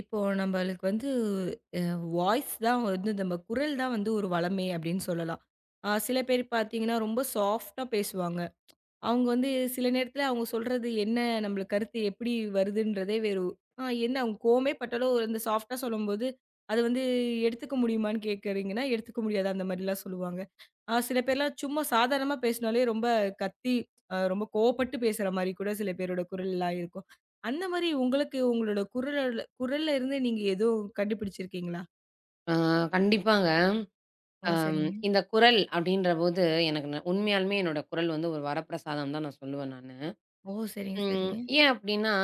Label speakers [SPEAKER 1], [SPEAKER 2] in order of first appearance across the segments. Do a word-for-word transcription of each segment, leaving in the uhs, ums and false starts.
[SPEAKER 1] இப்போ நம்மளுக்கு வந்து அ வாய்ஸ் தான் வந்து நம்ம குரல் தான் வந்து ஒரு வளமே அப்படின்னு சொல்லலாம். அ சில பேர் பார்த்தீங்கன்னா, ரொம்ப சாஃப்ட்டா பேசுவாங்க. அவங்க வந்து சில நேரத்துல அவங்க சொல்றது என்ன நம்மளுக்கு கருத்து எப்படி வருதுன்றதே வேறு. ஆ என்ன அவங்க கோவமே பட்டாலும் இந்த சாஃப்ட்டா சொல்லும்போது, அது வந்து எடுத்துக்க முடியுமான்னு கேட்கறீங்கன்னா, எடுத்துக்க முடியாது அந்த மாரிலாம் சொல்லுவாங்க. ஆ சில பேர்லாம் சும்மா சாதாரணமா பேசினாலே ரொம்ப கத்தி, அ ரொம்ப கோவப்பட்டு பேசுற மாரி கூட சில பேரோட குரல்லாம் இருக்கும். அந்த மாரி உங்களுக்கு உங்களோட குரலோட குரல்ல இருந்து நீங்க எதுவும் கண்டுபிடிச்சிருக்கீங்களா?
[SPEAKER 2] ஆ கண்டிப்பாங்க.
[SPEAKER 1] ஆ
[SPEAKER 2] அம்
[SPEAKER 1] சரிங்க.
[SPEAKER 2] இந்த குரல் அப்படின்றபோது, எனக்கு ந உண்மையாலுமே என்னோட குரல் வந்து ஒரு வரப்பிரசாதம் தான் நான் சொல்லுவேன் நானு.
[SPEAKER 1] ஓ! சரிங்க,
[SPEAKER 2] ம்
[SPEAKER 1] சரிங்க.
[SPEAKER 2] ஏன் அப்படின்னா,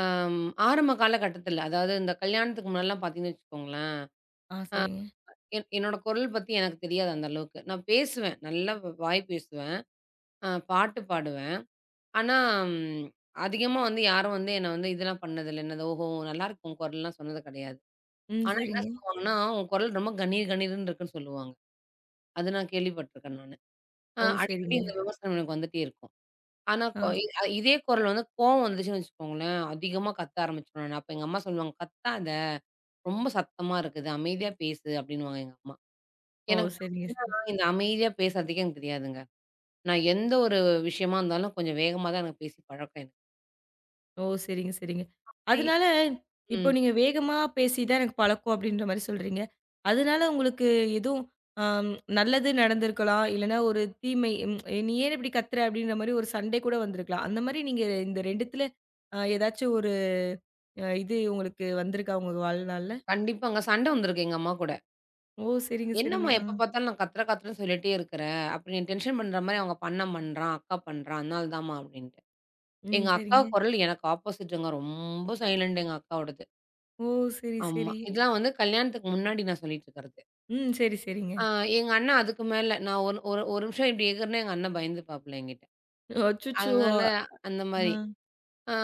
[SPEAKER 2] அம் ஆரம்ப காலகட்டத்தில, அதாவது இந்த கல்யாணத்துக்கு முன்னாடிலாம் பார்த்தீங்கன்னு வச்சுக்கோங்களேன்,
[SPEAKER 1] ஆ சரிங்க.
[SPEAKER 2] என் என்னோட குரல் பத்தி எனக்கு தெரியாது அந்த அளவுக்கு. நான் பேசுவேன், நல்லா வ வாய் பேசுவேன், அ பாட்டு பாடுவேன். ஆனா, ம் அதிகமா வந்து யாரும் வந்து என்ன வந்து இதெல்லாம் பண்ணதில்ல. என்னது "ஓஹோ! நல்லாயிருக்கு உன் குரல்லாம்" சொன்னது கிடையாது.
[SPEAKER 1] ம்
[SPEAKER 2] ஆனா என்ன
[SPEAKER 1] சரிங்க.
[SPEAKER 2] சொல்லுவாங்கன்னா, "உன் குரல் ரொம்ப கணீர் கணீர்ன்னு இருக்குன்னு" சொல்லுவாங்க. அது நான் கேள்விப்பட்டுருக்கேன் நானு. ஆ
[SPEAKER 1] ஓ!
[SPEAKER 2] அடிக்கடி
[SPEAKER 1] சரிங்க.
[SPEAKER 2] இந்த விமர்சனம் எனக்கு வந்துட்டே இருக்கும். ஆனா, கொ
[SPEAKER 1] ஆ. ச-
[SPEAKER 2] இ அ இதே குரல் வந்து கோவம் வந்துச்சுன்னு வச்சுக்கோங்களேன், அதிகமா கத்த ஆரம்பிச்சுருவேன் நானு. அப்ப எங்க அம்மா சொல்லுவாங்க, "கத்தாத! ரொம்ப சத்தமா இருக்குது. அமைதியா பேசு" அப்டின்னுவாங்க எங்க அம்மா.
[SPEAKER 1] ஓ!
[SPEAKER 2] எனக்கு
[SPEAKER 1] சரிங்க.
[SPEAKER 2] பார்த்தீங்கன்னா, இந்த அமைதியா பேசுறதுக்கே எனக்கு தெரியாதுங்க. நான் எந்த ஒரு விஷயமா இருந்தாலும் கொஞ்சம் வேகமா தான் எனக்கு பேசி பழக்கம் எனக்கு.
[SPEAKER 1] ஓ! சரிங்க, சரிங்க.
[SPEAKER 2] டி
[SPEAKER 1] அதனால இப்போ
[SPEAKER 2] ம்.
[SPEAKER 1] நீங்க வேகமா பேசி தான் எனக்கு பழக்கம் அப்டின்ற மாரி சொல்றீங்க. அதனால உங்களுக்கு எதுவும் அம் நல்லது நடந்திருக்கலாம். இல்லனா ஒரு தீமை ம் "நீ ஏன் இப்படி கத்துற?" அப்படின்ற மாரி ஒரு சண்டை கூட வந்திருக்கலாம். அந்த மாரி நீங்க இந்த ரெண்டுத்துல அ ஏதாச்சும் ஒரு அ இது உங்களுக்கு வந்திருக்கா உங்க வாழ்நாள்ல?
[SPEAKER 2] கண்டிப்பாங்க. சண்ட வந்திருக்கு எங்க அம்மா கூட.
[SPEAKER 1] ஓ! சரிங்க, சரிங்க.
[SPEAKER 2] "என்னம்மா
[SPEAKER 1] ஆ.
[SPEAKER 2] எப்ப பார்த்தாலும் நான் கத்துற கத்துறன்னு சொல்லிட்டே இருக்கிற? அப்ப நீ டென்ஷன் பண்ற மாரி அவங்க அண்ணன் பண்றான், அக்கா பண்றான், அதனால தான்ம்மா" அப்டின்ட்டு.
[SPEAKER 1] ம்.
[SPEAKER 2] எங்க அக்கா
[SPEAKER 1] சரிங்க.
[SPEAKER 2] குரல் எனக்கு ஆப்போசிட்டுங்க. ரொம்ப சைலண்ட் எங்க அக்காவோடது.
[SPEAKER 1] ஓ! சரி,
[SPEAKER 2] ஆமா.
[SPEAKER 1] சரி.
[SPEAKER 2] இதெல்லாம் வந்து கல்யாணத்துக்கு முன்னாடி நான் சொல்லிட்டு இருக்கிறது.
[SPEAKER 1] ம். சரி, சரிங்க.
[SPEAKER 2] ஆ எங்க அண்ணன் அதுக்கு மேல. நான் ஒரு ஒரு ஒரு நிமிஷம் இப்டி எகிறேன்னா எங்க அண்ணன் பயந்துப்பாப்புல என்கிட்ட.
[SPEAKER 1] அச்சச்சோ!
[SPEAKER 2] அதனால அந்த
[SPEAKER 1] ஆ.
[SPEAKER 2] மாரி. ஆ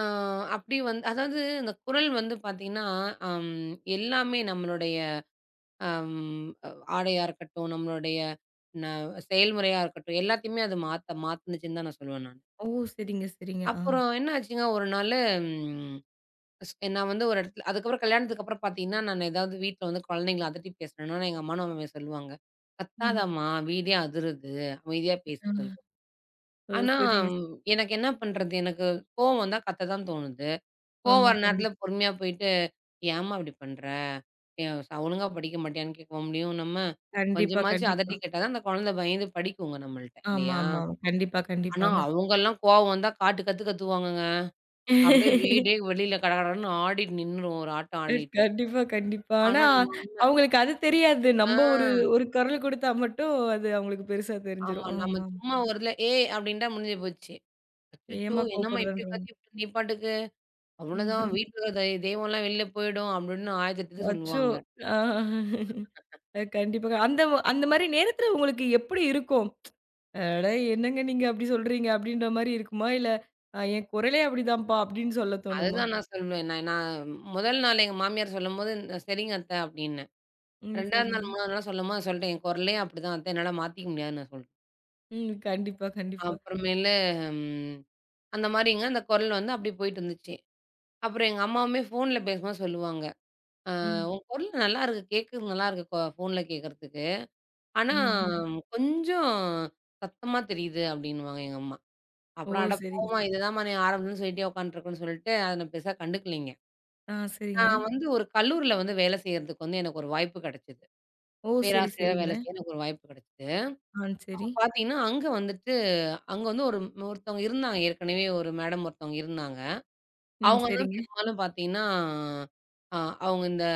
[SPEAKER 2] அப்டி வந்து அதாவது இந்த குரல் வந்து பார்த்தீங்கன்னா, அம் எல்லாமே நம்மளுடைய அம் ஆடையா இருக்கட்டும், நம்மளுடைய ந செயல்முறையா இருக்கட்டும், எல்லாத்தையுமே அது மாத்த மாத்துனுச்சுன்னு தான் நான் சொல்லுவேன் நானு.
[SPEAKER 1] ஓ! சரிங்க, சரிங்க. ஆ.
[SPEAKER 2] அப்புறம் என்ன ஆச்சுங்க ஒரு நாளு ஸ் நான் வந்து ஒரு இடத்துல அதுக்கப்புறம் கல்யாணத்துக்கு அப்புறம் பார்த்தீங்கன்னா, நான் ஏதாவது வீட்ல வந்து குழந்தைங்கள அதட்டி பேசினேன்னா, எங்க அம்மா மாமியா சொல்லுவாங்க.
[SPEAKER 1] ம்.
[SPEAKER 2] "கத்தாதம்மா! வீடே அதிருது. அமைதியா பேசு"
[SPEAKER 1] ஆ.
[SPEAKER 2] சொல்லு.
[SPEAKER 1] ஓ!
[SPEAKER 2] ஆனா,
[SPEAKER 1] சரிங்க.
[SPEAKER 2] ம், எனக்கு என்ன பண்றது? எனக்கு கோவம் வந்தா கத்த தான் தோணுது. கோவம்
[SPEAKER 1] ஆமா.
[SPEAKER 2] வர நேரத்துல
[SPEAKER 1] கண்டிப்பா.
[SPEAKER 2] பொறுமையா போயிட்டு, "ஏம்மா இப்படி பண்ற? ஏ ச ஒழுங்கா படிக்க மாட்டியான்னு" கேட்கவும் முடியும் நம்ம.
[SPEAKER 1] கண்டிப்பா,
[SPEAKER 2] கொஞ்சமாச்சும்
[SPEAKER 1] கண்டிப்பா.
[SPEAKER 2] அதட்டி கேட்டா தான் அந்த குழந்தை பயந்து படிக்குங்க நம்மள்ட்ட
[SPEAKER 1] ஆமா,
[SPEAKER 2] இல்லையா?
[SPEAKER 1] ஆமா. கண்டிப்பா,
[SPEAKER 2] ஆனா
[SPEAKER 1] கண்டிப்பாங்க.
[SPEAKER 2] அவங்கலாம் கோவம் வந்தா காட்டு கத்து கத்துவாங்கங்க. அப்படியே வீடே வெளியில கட கடன்னு ஆடிட்டு நின்னுரும் ஒரு ஆட்டம் ஆடிட்டு.
[SPEAKER 1] கண்டிப்பா, கண்டிப்பா. ஆனா,
[SPEAKER 2] ஆனா
[SPEAKER 1] அவங்களுக்கு அது தெரியாது.
[SPEAKER 2] ஆ,
[SPEAKER 1] நம்ப ஒரு ஒரு குரல் குடுத்தா மட்டும் அது அவங்களுக்கு பெருசா
[SPEAKER 2] ஆமா.
[SPEAKER 1] தெரிஞ்சிரும்.
[SPEAKER 2] நம்ம
[SPEAKER 1] ஆமா.
[SPEAKER 2] சும்மா ஒரு இதுல "ஏ" அப்படின்ட்டா முடிஞ்சு போச்சு. அச்சச்சோ!
[SPEAKER 1] ஏம்மா
[SPEAKER 2] என்னம்மா இப்படி
[SPEAKER 1] கோப்படுறன்றாங்க.
[SPEAKER 2] கத்திப்புட்ட நீ பாட்டுக்கு? அவ்வளோதான் வீட்ல இருக்க தெ தெய்வம்லாம் வெளில போயிடும் அப்படின்னு ஆயிரத்து எட்டு இது
[SPEAKER 1] அச்சோ!
[SPEAKER 2] சொல்லுவாங்க.
[SPEAKER 1] ஆ. அ கண்டிப்பாங்க. அந்த அந்த மாரி நேரத்துல உங்களுக்கு எப்படி இருக்கும்? "அட என்னங்க நீங்க அப்படி சொல்றீங்க?" அப்படின்ற மாரி இருக்குமா? இல்ல, "அ என் குரலே அப்படிதான்ப்பா" அப்படின்னு சொல்ல தோணுமா?
[SPEAKER 2] அதுதான் நான் சொல்லுவேன். நான் நான் முதல் நாள் எங்க மாமியார் சொல்லும்போது, "சரிங்க அத்த" அப்படின்னேன்.
[SPEAKER 1] ம்.
[SPEAKER 2] ரெண்டாவது
[SPEAKER 1] சரிங்க.
[SPEAKER 2] நாள், மூணாவது நாள் சொல்லும்போது சொல்லிட்டேன். "என் குரலே அப்படிதான் அத்த. என்னால மாத்திக்க முடியாதுன்னு" நான் சொல்ட்டேன்.
[SPEAKER 1] ம். கண்டிப்பா, கண்டிப்பா.
[SPEAKER 2] அப்புறமேலு ம் அந்த மாரிங்க அந்த குரல் வந்து அப்படி போயிட்டு இருந்துச்சு. அப்புறம் எங்க அம்மாவுமே ஃபோன்ல பேசும்போது சொல்லுவாங்க. "அ
[SPEAKER 1] ம்.
[SPEAKER 2] உன் குரல் நல்லாருக்கு. கேட்கறது நல்லாருக்கு. கொ ஃபோன்ல கேட்கறதுக்கு." ஆனா,
[SPEAKER 1] ம்.
[SPEAKER 2] கொஞ்சம் சத்தமா தெரியுது அப்டின்னுவாங்க எங்க அம்மா.
[SPEAKER 1] ஓ!
[SPEAKER 2] அப்புறம் அட
[SPEAKER 1] சரிங்க.
[SPEAKER 2] போம்மா இதுதாம்மா நீ ஆரம்பத்துலருந்து சொல்லிட்டே உட்காந்துட்டுருக்குன்னு சொல்லிட்டு, அத நான் பெருசா கண்டுக்கலைங்க.
[SPEAKER 1] ஆ சரிங்க.
[SPEAKER 2] நான் வந்து ஒரு கல்லூரில வந்து வேலை செய்றதுக்கு வந்து எனக்கு ஒரு வாய்ப்பு கெடைச்சது.
[SPEAKER 1] ஓ! சரி,
[SPEAKER 2] பேராசிரியரா
[SPEAKER 1] சரிங்க.
[SPEAKER 2] வேலை செய்ய எனக்கு ஒரு வாய்ப்பு கெடைச்சது.
[SPEAKER 1] ஆ
[SPEAKER 2] அப்ப
[SPEAKER 1] சரி.
[SPEAKER 2] பார்த்தீங்கன்னா, அங்க வந்துட்டு அங்க வந்து ஒரு ஒருத்தவங்க இருந்தாங்க. ஏற்கனவே ஒரு மேடம் ஒருத்தவங்க இருந்தாங்க.
[SPEAKER 1] ம்.
[SPEAKER 2] அவங்க தான்
[SPEAKER 1] சரிங்க.
[SPEAKER 2] பெரும்பாலும் பார்த்தீங்கன்னா, அ அவங்க இந்த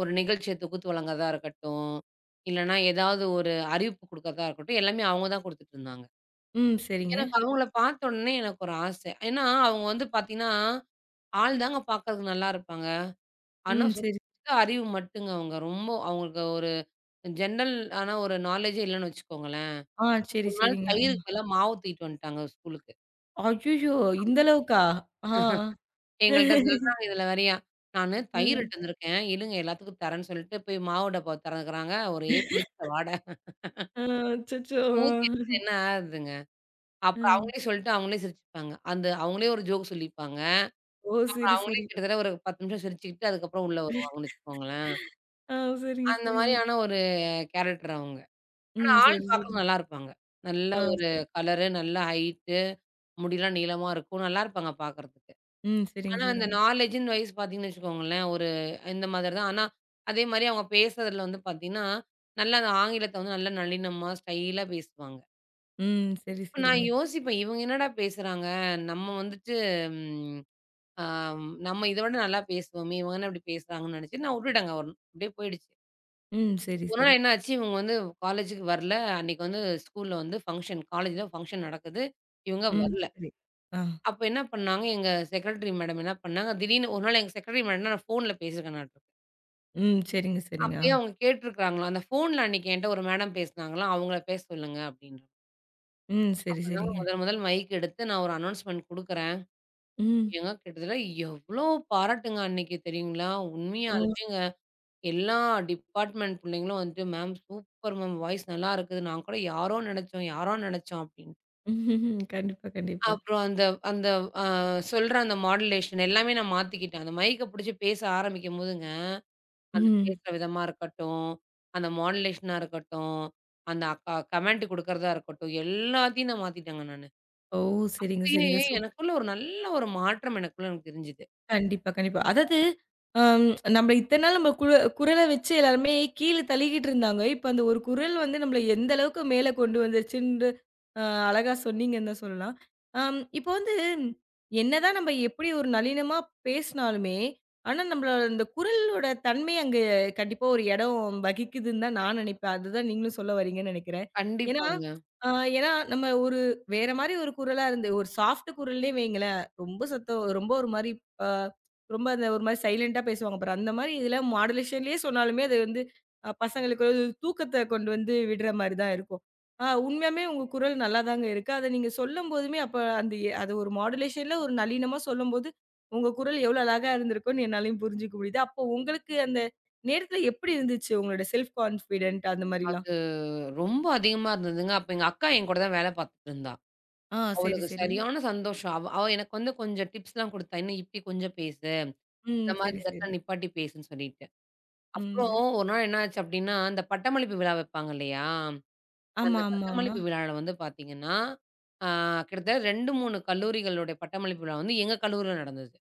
[SPEAKER 2] ஒரு நிகழ்ச்சிய தொகுத்து வழங்குறதா இருக்கட்டும், இல்லன்னா ஏதாவது ஒரு அறிவிப்பு குடுக்கறதா இருக்கட்டும், எல்லாமே அவங்க தான் குடுத்துட்டுருந்தாங்க.
[SPEAKER 1] ம். சரிங்க.
[SPEAKER 2] எனக்கு அவங்கள பார்த்த உடனே எனக்கு ஒரு ஆசை. ஏன்னா, அவங்க வந்து பார்த்தீங்கன்னா, ஆள் தாங்க பார்க்கறதுக்கு நல்லா இருப்பாங்க. ஆனா,
[SPEAKER 1] ம். சரி.
[SPEAKER 2] சுத்த அறிவு மட்டுங்க அவங்க. ரொம்ப அவங்களுக்கு ஒரு ஜென்ரல் ஆன ஒரு நாலேட்ஜே இல்லன்னு வச்சுக்கோங்களேன்.
[SPEAKER 1] ஆ சரி,
[SPEAKER 2] ஒரு நாள்
[SPEAKER 1] சரிங்க.
[SPEAKER 2] தயிருக்கு
[SPEAKER 1] ஆ.
[SPEAKER 2] பதிலா மாவு தூக்கிட்டு வந்துட்டாங்க ஸ்கூலுக்கு.
[SPEAKER 1] அய்யய்யோ! இந்த அளவுக்கா? ஆ.
[SPEAKER 2] எங்கள்ட்ட சொல்றாங்க இதுல வேறயா, "நானு தயிர்
[SPEAKER 1] ம்.
[SPEAKER 2] இட்டு வந்திருக்கேன். இருங்க எல்லாத்துக்கும் தரேன்னு" சொல்லிட்டு போய் மாவு டப்பாவ திறக்குறாங்க. ஒரே புளிச்ச வாடை.
[SPEAKER 1] ஆ அச்சச்சோ!
[SPEAKER 2] ஊத்தி என்ன ஆகுதுங்க?
[SPEAKER 1] ஆ.
[SPEAKER 2] அப்புறம் அவங்களே சொல்லிட்டு அவங்களே சிரிச்சுப்பாங்க. அந்த அவங்களே ஒரு ஜோக் சொல்லிப்பாங்க.
[SPEAKER 1] ஓ!
[SPEAKER 2] அப்புறம்
[SPEAKER 1] சரி,
[SPEAKER 2] அவங்களே
[SPEAKER 1] சரி.
[SPEAKER 2] கிட்டத்தட்ட ஒரு பத்து நிமிஷம் சிரிச்சுக்கிட்டு, அதுக்கப்புறம் உள்ள வருவாங்கன்னு வச்சுக்கோங்களேன்.
[SPEAKER 1] ஆ சரிங்க,
[SPEAKER 2] அந்த
[SPEAKER 1] சரிங்க.
[SPEAKER 2] மாரியான ஒரு கேரக்டர் அவங்க. ஆனா
[SPEAKER 1] ம்.
[SPEAKER 2] ஆள்
[SPEAKER 1] சரி, சரி.
[SPEAKER 2] பார்க்க நல்லா இருப்பாங்க. நல்ல
[SPEAKER 1] ஆ
[SPEAKER 2] ஒரு
[SPEAKER 1] சரி.
[SPEAKER 2] கலரு, நல்ல ஹைட்டு, முடிலாம் நீளமா இருக்கும். நல்லா இருப்பாங்க பார்க்கறதுக்கு.
[SPEAKER 1] ம். சரிங்க,
[SPEAKER 2] ஆனா அந்த
[SPEAKER 1] சரிங்க.
[SPEAKER 2] நாலேஜ்ன்னு வைஸ் பார்த்தீங்கன்னு வச்சுக்கோங்களேன், ஒரு இந்த மாதிரி தான். ஆனா அதே மாரி அவங்க பேசுறதுல வந்து பார்த்தீங்கன்னா, நல்லா அந்த ஆங்கிலத்த வந்து நல்லா நளினமா, ஸ்டைலா பேசுவாங்க.
[SPEAKER 1] ம். சரி,
[SPEAKER 2] அப்ப நான்
[SPEAKER 1] சரிங்க.
[SPEAKER 2] யோசிப்பேன், இவங்க என்னடா பேசுறாங்க? நம்ம வந்துட்டு ம். ஆம். நம்ம இத விட நல்லா பேசுவோமே! இவங்க என்ன இப்டி பேசுறாங்கன்னு நெனச்சு நான் உட்டுட்டேங்க ஒன் அப்டியே போயிடுச்சு.
[SPEAKER 1] ம். சரி,
[SPEAKER 2] ஒரு
[SPEAKER 1] சரி.
[SPEAKER 2] நாள் என்ன ஆச்சு, இவங்க வந்து காலேஜுக்கு வரல. அன்னைக்கு வந்து ஸ்கூல்ல வந்து ஃபங்ஷன் காலேஜ்ல ஃபங்ஷன் நடக்குது. இவங்க
[SPEAKER 1] ம்.
[SPEAKER 2] வரல.
[SPEAKER 1] சரி. ஆ.
[SPEAKER 2] அப்ப என்ன பண்ணாங்க, எங்க செக்ரட்டரி மேடம் என்ன பண்ணாங்க, திடீர்னு ஒரு நாள் எங்க செக்ரட்டரி மேடம்ட்ட நான் ஃபோன்ல பேசியிருக்கேனாட்ருக்கு.
[SPEAKER 1] ம். சரிங்க, சரிங்க. ஆ.
[SPEAKER 2] அப்பயே அவங்க கேட்டுருக்காங்களாம். அந்த ஃபோன்ல அன்னைக்கு என்ட்ட ஒரு மேடம் பேசுனாங்களாம், அவங்கள பேச சொல்லுங்க அப்டின்ற.
[SPEAKER 1] ம். சரி,
[SPEAKER 2] அப்பதாங்க
[SPEAKER 1] சரிங்க.
[SPEAKER 2] முதல் முதல் மைக் எடுத்து நான் ஒரு அனௌன்ஸ்மென்ட் குடுக்குறேன்.
[SPEAKER 1] ம்.
[SPEAKER 2] ஏங்க கிட்டத்தட்ட எவ்ளோ பாராட்டுங்க அன்னைக்கு தெரியுங்களா?
[SPEAKER 1] ஓ!
[SPEAKER 2] உண்மையாலுமே எல்லா டிபார்ட்மெண்ட் பிள்ளைங்களும் வந்துட்டு, "மேம் சூப்பர் மேம் வாய்ஸ் நல்லா இருக்குது. நான் கூட யாரோ நெனச்சோம், யாரோ நெனச்சோம்" அப்டின்ட்டு.
[SPEAKER 1] கண்டிப்பா, கண்டிப்பா.
[SPEAKER 2] அப்புறம் அந்த அந்த அ சொல்ற அந்த மாடுலேஷன் எல்லாமே நான் மாத்திக்கிட்டேன். அந்த மைக்க புடிச்சு பேச ஆரம்பிக்கும்போதுங்க, அந்த
[SPEAKER 1] ம்.
[SPEAKER 2] பேசுற விதமா இருக்கட்டும், அந்த மாடுலேஷனா இருக்கட்டும், அந்த அ க கமெண்ட் குடுக்கறதா இருக்கட்டும், எல்லாத்தையும் நான் மாத்திட்டேங்க நானு.
[SPEAKER 1] ஓ! சரிங்க,
[SPEAKER 2] அப்பயே
[SPEAKER 1] சரிங்க. சூ
[SPEAKER 2] எனக்குள்ள ஒரு நல்ல ஒரு மாற்றம் எனக்குள்ள எனக்கு தெரிஞ்சுது.
[SPEAKER 1] கண்டிப்பா, கண்டிப்பா. அதாவது அம் நம்ம இத்தன நாள் நம்ம குர குரல வச்சு எல்லாருமே கீழ தள்ளிக்கிட்டு இருந்தாங்க. இப்ப அந்த ஒரு குரல் வந்து நம்மள எந்த அளவுக்கு மேல கொண்டு வந்துருச்சுன்று அ அழகா சொன்னீங்கன்னு தான் சொல்லலாம். அம் இப்போ வந்து என்னதான் நம்ம எப்படி ஒரு நளினமா பேசினாலுமே, ஆனா நம்மளோட அந்த குரலோட தன்மை அங்க கண்டிப்பா ஒரு இடம் வகிக்குதுன்னு தான் நான் நினைப்பேன். அதுதான் நீங்களும் சொல்ல வரீங்கன்னு நெனைக்கிறேன். ஏன்னா,
[SPEAKER 2] கண்டிப்பாங்க.
[SPEAKER 1] அ ஏன்னா நம்ம ஒரு வேற மாரி ஒரு குரலா இருந்து ஒரு சாஃப்ட் குரல்லே வைங்களேன், ரொம்ப சத்தம் ரொம்ப ஒரு மாரி அ ரொம்ப அந்த ஒரு மாரி சைலன்ட்டா பேசுவாங்க பாரு. அந்த மாரி இதில மாடுலேஷன்லேயே சொன்னாலுமே, அது வந்து அ பசங்களுக்கு ஒரு தூக்கத்த கொண்டு வந்து விடுற மாரி தான் இருக்கும். ஆ உண்மையாமே உங்க குரல் நல்லா தாங்க இருக்கு. அத நீங்க சொல்லும்போதுமே, அப்ப அந்த எ அது ஒரு மாடுலேஷன்ல ஒரு நளினமா சொல்லும்போது, உங்க குரல் எவ்வளோ அழகா இருந்திருக்கும்னு என்னாலயும் புரிஞ்சுக்க முடியுது. அப்போ உங்களுக்கு அந்த நேரத்தில எப்படி இருந்துச்சு? உங்களோட செல்ஃப் கான்ஃபிடன்ட் அந்த மாரிலாம்?
[SPEAKER 2] அது ரொம்ப அதிகமா இருந்ததுங்க. அப்ப எங்க அக்கா என் கூட தான் வேல பாத்துட்டு இருந்தா.
[SPEAKER 1] ஆ சரி,
[SPEAKER 2] அவளுக்கு
[SPEAKER 1] சரி.
[SPEAKER 2] சரியான சந்தோஷம். அவ அவ எனக்கு வந்து கொஞ்சம் டிப்ஸ்லாம் குடுத்தா. "இன்னும் இப்டி கொஞ்சம் பேசு.
[SPEAKER 1] ம்.
[SPEAKER 2] இந்த மாரி
[SPEAKER 1] சரி,
[SPEAKER 2] இந்த
[SPEAKER 1] சரி.
[SPEAKER 2] இடத்துல நிப்பாட்டி பேசுன்னு" சொல்லிட்டு.
[SPEAKER 1] ம்.
[SPEAKER 2] அப்புறம்
[SPEAKER 1] சரி.
[SPEAKER 2] ஒரு நாள் என்ன ஆச்சு அப்டின்னா, அந்த பட்டமளிப்பு விழா வைப்பாங்க இல்லையா?
[SPEAKER 1] ஆமா,
[SPEAKER 2] அந்த
[SPEAKER 1] ஆமா, ஆமா.
[SPEAKER 2] பட்டமளிப்பு விழால வந்து பார்த்தீங்கன்னா, ஆ கிட்டத்தட்ட இரண்டு, மூன்று கல்லூரிகளுடைய பட்டமளிப்பு விழா வந்து எங்க கல்லூரில நடந்தது.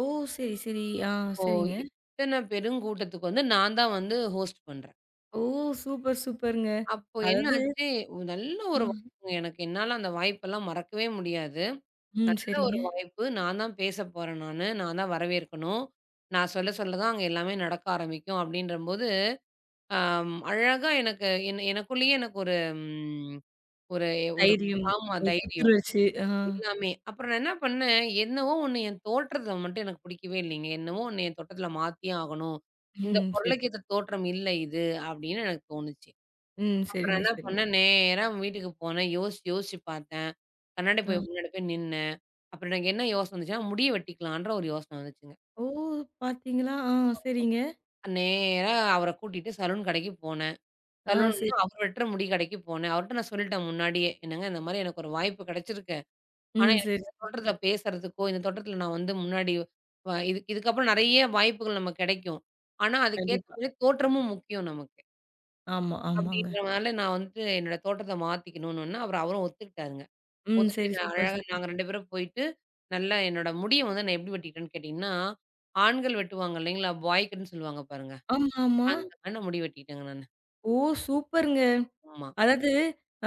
[SPEAKER 1] ஓ! சரி, சரி. ஆ
[SPEAKER 2] இப்போ
[SPEAKER 1] சரிங்க.
[SPEAKER 2] இத்தன பெருங்கூட்டத்துக்கு வந்து நான் தான் வந்து ஹோஸ்ட் பண்றேன்.
[SPEAKER 1] ஓ! சூப்பர், சூப்பருங்க.
[SPEAKER 2] அப்போ என்ன
[SPEAKER 1] அதாவது
[SPEAKER 2] ஆச்சு, நல்ல ஒரு
[SPEAKER 1] ஆ.
[SPEAKER 2] வாய்ப்புங்க எனக்கு. என்னால அந்த வாய்ப்பெல்லாம் மறக்கவே முடியாது.
[SPEAKER 1] ம்.
[SPEAKER 2] நல்ல
[SPEAKER 1] சரிங்க.
[SPEAKER 2] ஒரு வாய்ப்பு. நான் தான் பேச போறேன் நானு. நான் தான் வரவேற்கணும். நான் சொல்ல சொல்ல தான் அங்க எல்லாமே நடக்க ஆரம்பிக்கும் அப்படின்றபோது, அம் அழகா எனக்கு என் எனக்குள்ளேயே எனக்கு ஒரு ம் ஒரு ஒரு
[SPEAKER 1] தைரியம்,
[SPEAKER 2] ஆமா
[SPEAKER 1] ஒரு
[SPEAKER 2] தைரியம்.
[SPEAKER 1] புத்துணர்ச்சி. ஆ.
[SPEAKER 2] எல்லாமே. அப்புறம் நான் என்ன பண்ணேன், என்னவோ ஒண்ணு என் தோற்றத்த மட்டும் எனக்கு பிடிக்கவே இல்லைங்க. என்னவோ ஒண்ணு என் தோற்றத்துல மாத்தியே ஆகணும். இந்த
[SPEAKER 1] ம். சரி.
[SPEAKER 2] பொருளைக்கேத்த தோற்றம் இல்ல இது அப்படின்னு எனக்கு தோணுச்சு.
[SPEAKER 1] ம்.
[SPEAKER 2] அப்புறம்
[SPEAKER 1] சரிங்க,
[SPEAKER 2] என்ன
[SPEAKER 1] சரிங்க.
[SPEAKER 2] பண்ணேன், நேரா வீட்டுக்கு போனேன். யோசிச்சு யோசிச்சு பார்த்தேன். கண்ணாடி
[SPEAKER 1] ஆ.
[SPEAKER 2] போய் முன்னாடி போய் நின்னேன். அப்புறம் எனக்கு என்ன யோசனை வந்துச்சுன்னா, முடிய வெட்டிக்கலான்ற ஒரு யோசனை வந்துச்சுங்க.
[SPEAKER 1] ஓ! பார்த்தீங்களா? ஆ. சரிங்க.
[SPEAKER 2] நேரா அவர கூட்டிட்டு சலூன் கடைக்கு போனேன்.
[SPEAKER 1] ஆ. சரி.
[SPEAKER 2] சலூன்னா அவர் வெட்டுற முடி கடைக்கு போனேன். அவர்ட்ட நான் சொல்லிட்டேன் முன்னாடியே. "என்னங்க இந்த மாரி எனக்கு ஒரு வாய்ப்பு கிடைச்சிருக்கு. ஆனா
[SPEAKER 1] ம். சரி,
[SPEAKER 2] எனக்கு இந்த
[SPEAKER 1] சரி.
[SPEAKER 2] தோற்றத்துல பேசுறதுக்கோ, இந்த தோற்றத்துல நான் வந்து முன்னாடி வ இதுக்கு இதுக்கப்புறம் நெறைய வாய்ப்புகள் நமக்கு கிடைக்கும். ஆனா அதுக்கேத்த
[SPEAKER 1] கண்டிப்பா.
[SPEAKER 2] மாரி தோற்றமும் முக்கியம் நமக்கு."
[SPEAKER 1] ஆமா, ஆமாங்க.
[SPEAKER 2] அப்படின்றனால நான் வந்துட்டு என்னோட தோற்றத்த மாத்திக்கணும்னோன்னே, அவரு அவரும் ஒத்துக்கிட்டாருங்க.
[SPEAKER 1] ம்.
[SPEAKER 2] முதல்ல
[SPEAKER 1] சரி.
[SPEAKER 2] நான்
[SPEAKER 1] சூப்பர்,
[SPEAKER 2] அழகா
[SPEAKER 1] சூப்பர்.
[SPEAKER 2] நாங்க இரண்டு பேரும் போயிட்டு, நல்லா என்னோட முடிய வந்து நான் எப்படி வெட்டிக்கிட்டேன்னு கேட்டீங்கன்னா, ஆண்கள் வெட்டுவாங்க இல்லைங்களா? பாய் கட்ன்னு சொல்லுவாங்க பாருங்க.
[SPEAKER 1] ஆமா, ஆமா.
[SPEAKER 2] அந்த மாரி நான் முடி வெட்டிக்கிட்டேங்க நானு.
[SPEAKER 1] ஓ! சூப்பருங்க.
[SPEAKER 2] ஆமா.
[SPEAKER 1] அதாவது,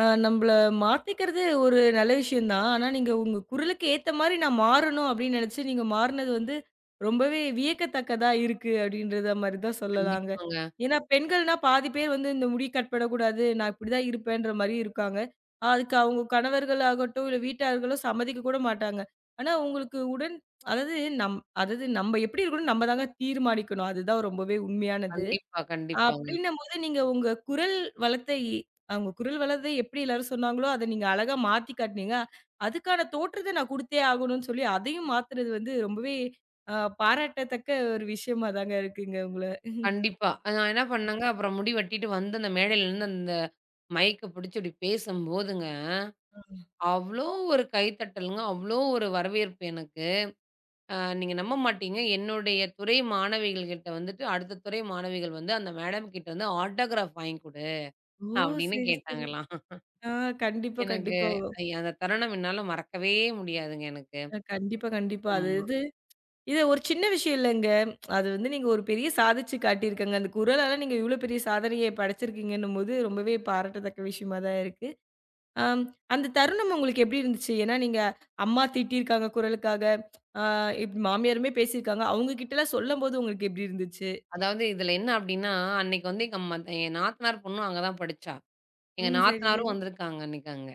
[SPEAKER 1] அ நம்பள மாத்திக்கிறது ஒரு நல்ல விஷயம் தான். ஆனா, நீங்க உங்க குரலுக்கு ஏத்த மாரி நான் மாறணும் அப்டின்னு நெனச்சு, நீங்க மாறுனது வந்து ரொம்பவே வியக்கத்தக்கதா இருக்கு அப்டின்றத மாரி தான் சொல்லலாங்க.
[SPEAKER 2] கண்டிப்பாங்க.
[SPEAKER 1] ஏன்னா, பெண்கள்னா பாதி பேர் வந்து இந்த முடி கட் பண்ணக்கூடாது, நான் இப்டிதான் இருப்பேன்ற மாரி இருக்காங்க. அதுக்கு அவங்க கணவர்கள் ஆகட்டும், இல்ல வீட்டார்களோ சம்மதிக்க கூட மாட்டாங்க. ஆனா, உங்களுக்கு உடன் அதாவது நம் அதாவது நம்ப எப்டி இருக்கணும்னு நம்ம தாங்க தீர்மானிக்கணும். அதுதான் ரொம்பவே உண்மையானது.
[SPEAKER 2] கண்டிப்பா, கண்டிப்பாங்க.
[SPEAKER 1] அப்டின்னம்போது நீங்க உங்க குரல் வளத்தை அவங்க குரல் வளத்தை எப்படி எல்லாரும் சொன்னாங்களோ, அத நீங்க அழகா மாத்தி காட்டுனீங்க. அதுக்கான தோற்றத்த நான் குடுத்தே ஆகணும்னு சொல்லி, அதையும் மாத்துனது வந்து ரொம்பவே அ பாராட்டத்தக்க ஒரு விஷயமா தாங்க இருக்குங்க உங்கள.
[SPEAKER 2] கண்டிப்பா. அது நான் என்ன பண்ணேங்க, அப்புறம் முடி வெட்டிட்டு வந்து அந்த மேடையிலருந்து அந்த மைக்க பிடிச்சு இப்படி பேசும்போதுங்க, அவ்ளோ ஒரு கைத்தட்டலுங்க. அவ்ளோ ஒரு வரவேற்பு எனக்கு. அ நீங்க நம்ப மாட்டீங்க. என்னுடைய துறை மாணவிகள் கிட்ட வந்துட்டு, அடுத்த துறை மாணவிகள் வந்து, "அந்த மேடம் கிட்ட வந்து ஆட்டோகிராஃப் வாங்கி குடு"
[SPEAKER 1] ஓ!
[SPEAKER 2] அப்படின்னு
[SPEAKER 1] சரி, சரி.
[SPEAKER 2] கேட்டாங்களாம்.
[SPEAKER 1] ஆ கண்டிப்பா,
[SPEAKER 2] எனக்கு
[SPEAKER 1] கண்டிப்பா.
[SPEAKER 2] ஐ அந்த தருணம் என்னால மறக்கவே முடியாதுங்க எனக்கு.
[SPEAKER 1] அ கண்டிப்பா, கண்டிப்பா. அது
[SPEAKER 2] ஆமா.
[SPEAKER 1] இது இது ஒரு சின்ன விஷயம் இல்லங்க. அது வந்து நீங்க ஒரு பெரிய சாதிச்சு காட்டியிருக்கங்க. அந்த குரலால நீங்க இவ்ளோ பெரிய சாதனைய படைச்சிருக்கீங்கன்னும்போது ரொம்பவே பாராட்டத்தக்க விஷயமா தான் இருக்கு. அம் அந்த தருணம் உங்களுக்கு எப்படி இருந்துச்சு? ஏன்னா நீங்க அம்மா திட்டியிருக்காங்க குரலுக்காக. ஆ இப் மாமியாருமே பேசியிருக்காங்க. அவங்க கிட்டலாம் சொல்லும்போது உங்களுக்கு எப்படி இருந்துச்சு?
[SPEAKER 2] அதாவது இதுல என்ன அப்டின்னா, அன்னைக்கு வந்து எங்க ம என் நாத்தனார் பொண்ணும் அங்க தான் படிச்சா. எங்க
[SPEAKER 1] ம். சரி,
[SPEAKER 2] நாத்தனாரும்
[SPEAKER 1] சரி.
[SPEAKER 2] வந்திருக்காங்க அன்னைக்கு அங்க.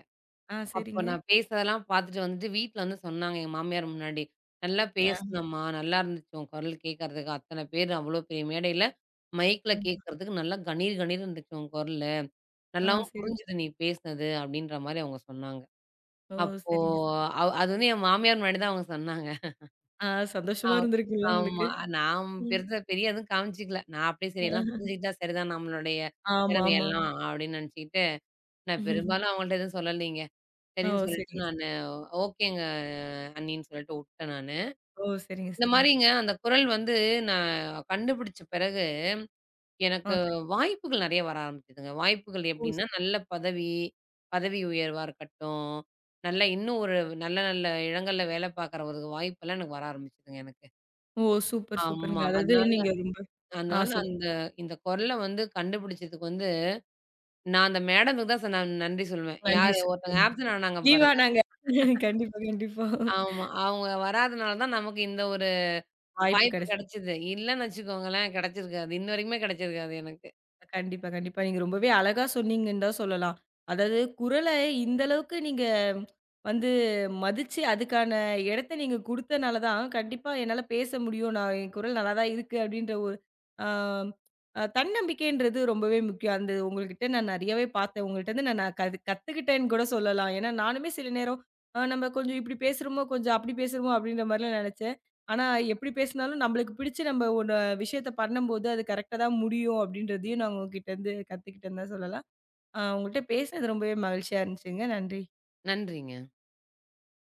[SPEAKER 1] ஆ
[SPEAKER 2] அப்போ
[SPEAKER 1] சரிங்க.
[SPEAKER 2] நான் பேசுனதெல்லாம் பார்த்துட்டு வந்துட்டு வீட்ல வந்து சொன்னாங்க எங்க மாமியார் முன்னாடி. "நல்லா
[SPEAKER 1] ஆ.
[SPEAKER 2] பேசுனம்மா, நல்லா இருந்துச்சு உன் குரல் கேட்கறதுக்கு. அத்தன பேர் அவ்ளோ பெரிய மேடையில மைக்ல கேட்கறதுக்கு நல்லா கணீர் கணீர்ன்னு இருந்துச்சு உன் குரலு.
[SPEAKER 1] ஆ
[SPEAKER 2] நல்லாவும்
[SPEAKER 1] சரி.
[SPEAKER 2] புரிஞ்சுது நீ பேசுனது" அப்டின்ற மாரி அவங்க சொன்னாங்க.
[SPEAKER 1] ஓ!
[SPEAKER 2] அப்போ
[SPEAKER 1] சரிங்க.
[SPEAKER 2] அவ் அது வந்து என் மாமியார் முன்னாடி தான் அவங்க சொன்னாங்க.
[SPEAKER 1] ஆ சந்தோஷமா
[SPEAKER 2] ஆம்.
[SPEAKER 1] இருந்திருக்கும்ல உங்களுக்கு?
[SPEAKER 2] ஆமா. நான்
[SPEAKER 1] ம்.
[SPEAKER 2] பெருசா பெரிய எதுவும் காமிச்சுக்கல. நான் அப்படியே சரி எல்லாம்
[SPEAKER 1] ஆஹ.
[SPEAKER 2] புரிஞ்சுக்கிட்டா சரிதான் நம்மளுடைய
[SPEAKER 1] ஆமா, ஆமா, ஆமா.
[SPEAKER 2] திறமையெல்லாம் அப்படின்னு நினச்சுக்கிட்டு, நான்
[SPEAKER 1] ம்ஹும்.
[SPEAKER 2] பெரும்பாலும் அவங்கள்ட்ட எதுவும் சொல்லலைங்க.
[SPEAKER 1] ஓ!
[SPEAKER 2] சரின்னு சொல்லிட்டு
[SPEAKER 1] சரிங்க.
[SPEAKER 2] நானு ஓகேங்க அண்ணின்னு சொல்லிட்டு உட்டேன் நானு.
[SPEAKER 1] ஓ! சரிங்க,
[SPEAKER 2] இந்த
[SPEAKER 1] சரிங்க.
[SPEAKER 2] மாரிங்க அந்த குரல் வந்து நான் கண்டுபிடிச்ச பிறகு,
[SPEAKER 1] ஆ
[SPEAKER 2] எனக்கு
[SPEAKER 1] கண்டிப்பா.
[SPEAKER 2] வாய்ப்புகள் நெறைய வர ஆரம்பிச்சதுங்க. வாய்ப்புகள்
[SPEAKER 1] ஓ! ச-
[SPEAKER 2] எப்படின்னா, நல்ல பதவி, பதவி உயர்வா இருக்கட்டும், நல்ல இன்னும் ஒரு நல்ல நல்ல இடங்கள்ல வேலை பார்க்குற ஒரு வாய்ப்பெல்லாம் எனக்கு வர ஆரம்பிச்சதுங்க எனக்கு.
[SPEAKER 1] ஓ! சூப்பர், சூப்பருங்க.
[SPEAKER 2] ஆமா. அது
[SPEAKER 1] அதாவது நீங்க ரொம்ப ஆ
[SPEAKER 2] அதனால
[SPEAKER 1] சொல்லுங்க.
[SPEAKER 2] அந்த இந்த குரல வந்து கண்டுபிடிச்சதுக்கு வந்து, நான் அந்த மேடமுக்கு தான் நான் நன்றி சொல்லுவேன்.
[SPEAKER 1] நன்றி
[SPEAKER 2] யாரு
[SPEAKER 1] சார்.
[SPEAKER 2] ஒருத்தவங்க ஆப்சென்ட் ஆனாங்க
[SPEAKER 1] லீவ்
[SPEAKER 2] பாருங்க.
[SPEAKER 1] ஆனாங்க. கண்டிப்பா, கண்டிப்பா.
[SPEAKER 2] ஆமா. அவங்க வராதனால தான் நமக்கு இந்த ஒரு
[SPEAKER 1] வாய்ப்பு
[SPEAKER 2] வாய்ப்பு
[SPEAKER 1] கிடைச்சது.
[SPEAKER 2] கிடைச்சது. இல்லன்னு வச்சுக்கோங்களேன், கிடைச்சிருக்காது. இன்ன வரைக்குமே கிடைச்சிருக்காது எனக்கு.
[SPEAKER 1] கண்டிப்பா, கண்டிப்பா. நீங்க ரொம்பவே அழகா சொன்னீங்கன்னு தான் சொல்லலாம். அதாவது குரல இந்த அளவுக்கு நீங்க வந்து மதிச்சு, அதுக்கான இடத்த நீங்க குடுத்தனால தான், கண்டிப்பா என்னால பேச முடியும். நான் என் குரல் நல்லா தான் இருக்கு அப்படின்ற ஒரு ஆ அ தன்னம்பிக்கைன்றது ரொம்பவே முக்கியம். அந்த உங்ககிட்ட நான் நெறையாவே பார்த்தேன். உங்கள்ட்டருந்து நான் நான் கது கத்துக்கிட்டேன்னு கூட சொல்லலாம். ஏன்னா, நானுமே சில நேரம் அ நம்ம கொஞ்சம் இப்படி பேசுறோமோ, கொஞ்சம் அப்படி பேசுறோமோ அப்படின்ற மாரிலாம் நெனச்சேன். ஆனா, எப்படி பேசினாலும் நம்மளுக்கு பிடிச்சு நம்ம ஒண்ணு விஷயத்த பண்ணும்போது அது கரெக்ட்டா தான் முடியும் அப்படின்றதையும் நான் உங்ககிட்ட இருந்து கத்துக்கிட்டேன்னு தான் சொல்லலாம். அ உங்கள்ட்ட பேசினது ரொம்பவே மகிழ்ச்சியா இருந்துச்சுங்க. நன்றி.
[SPEAKER 2] நன்றிங்க.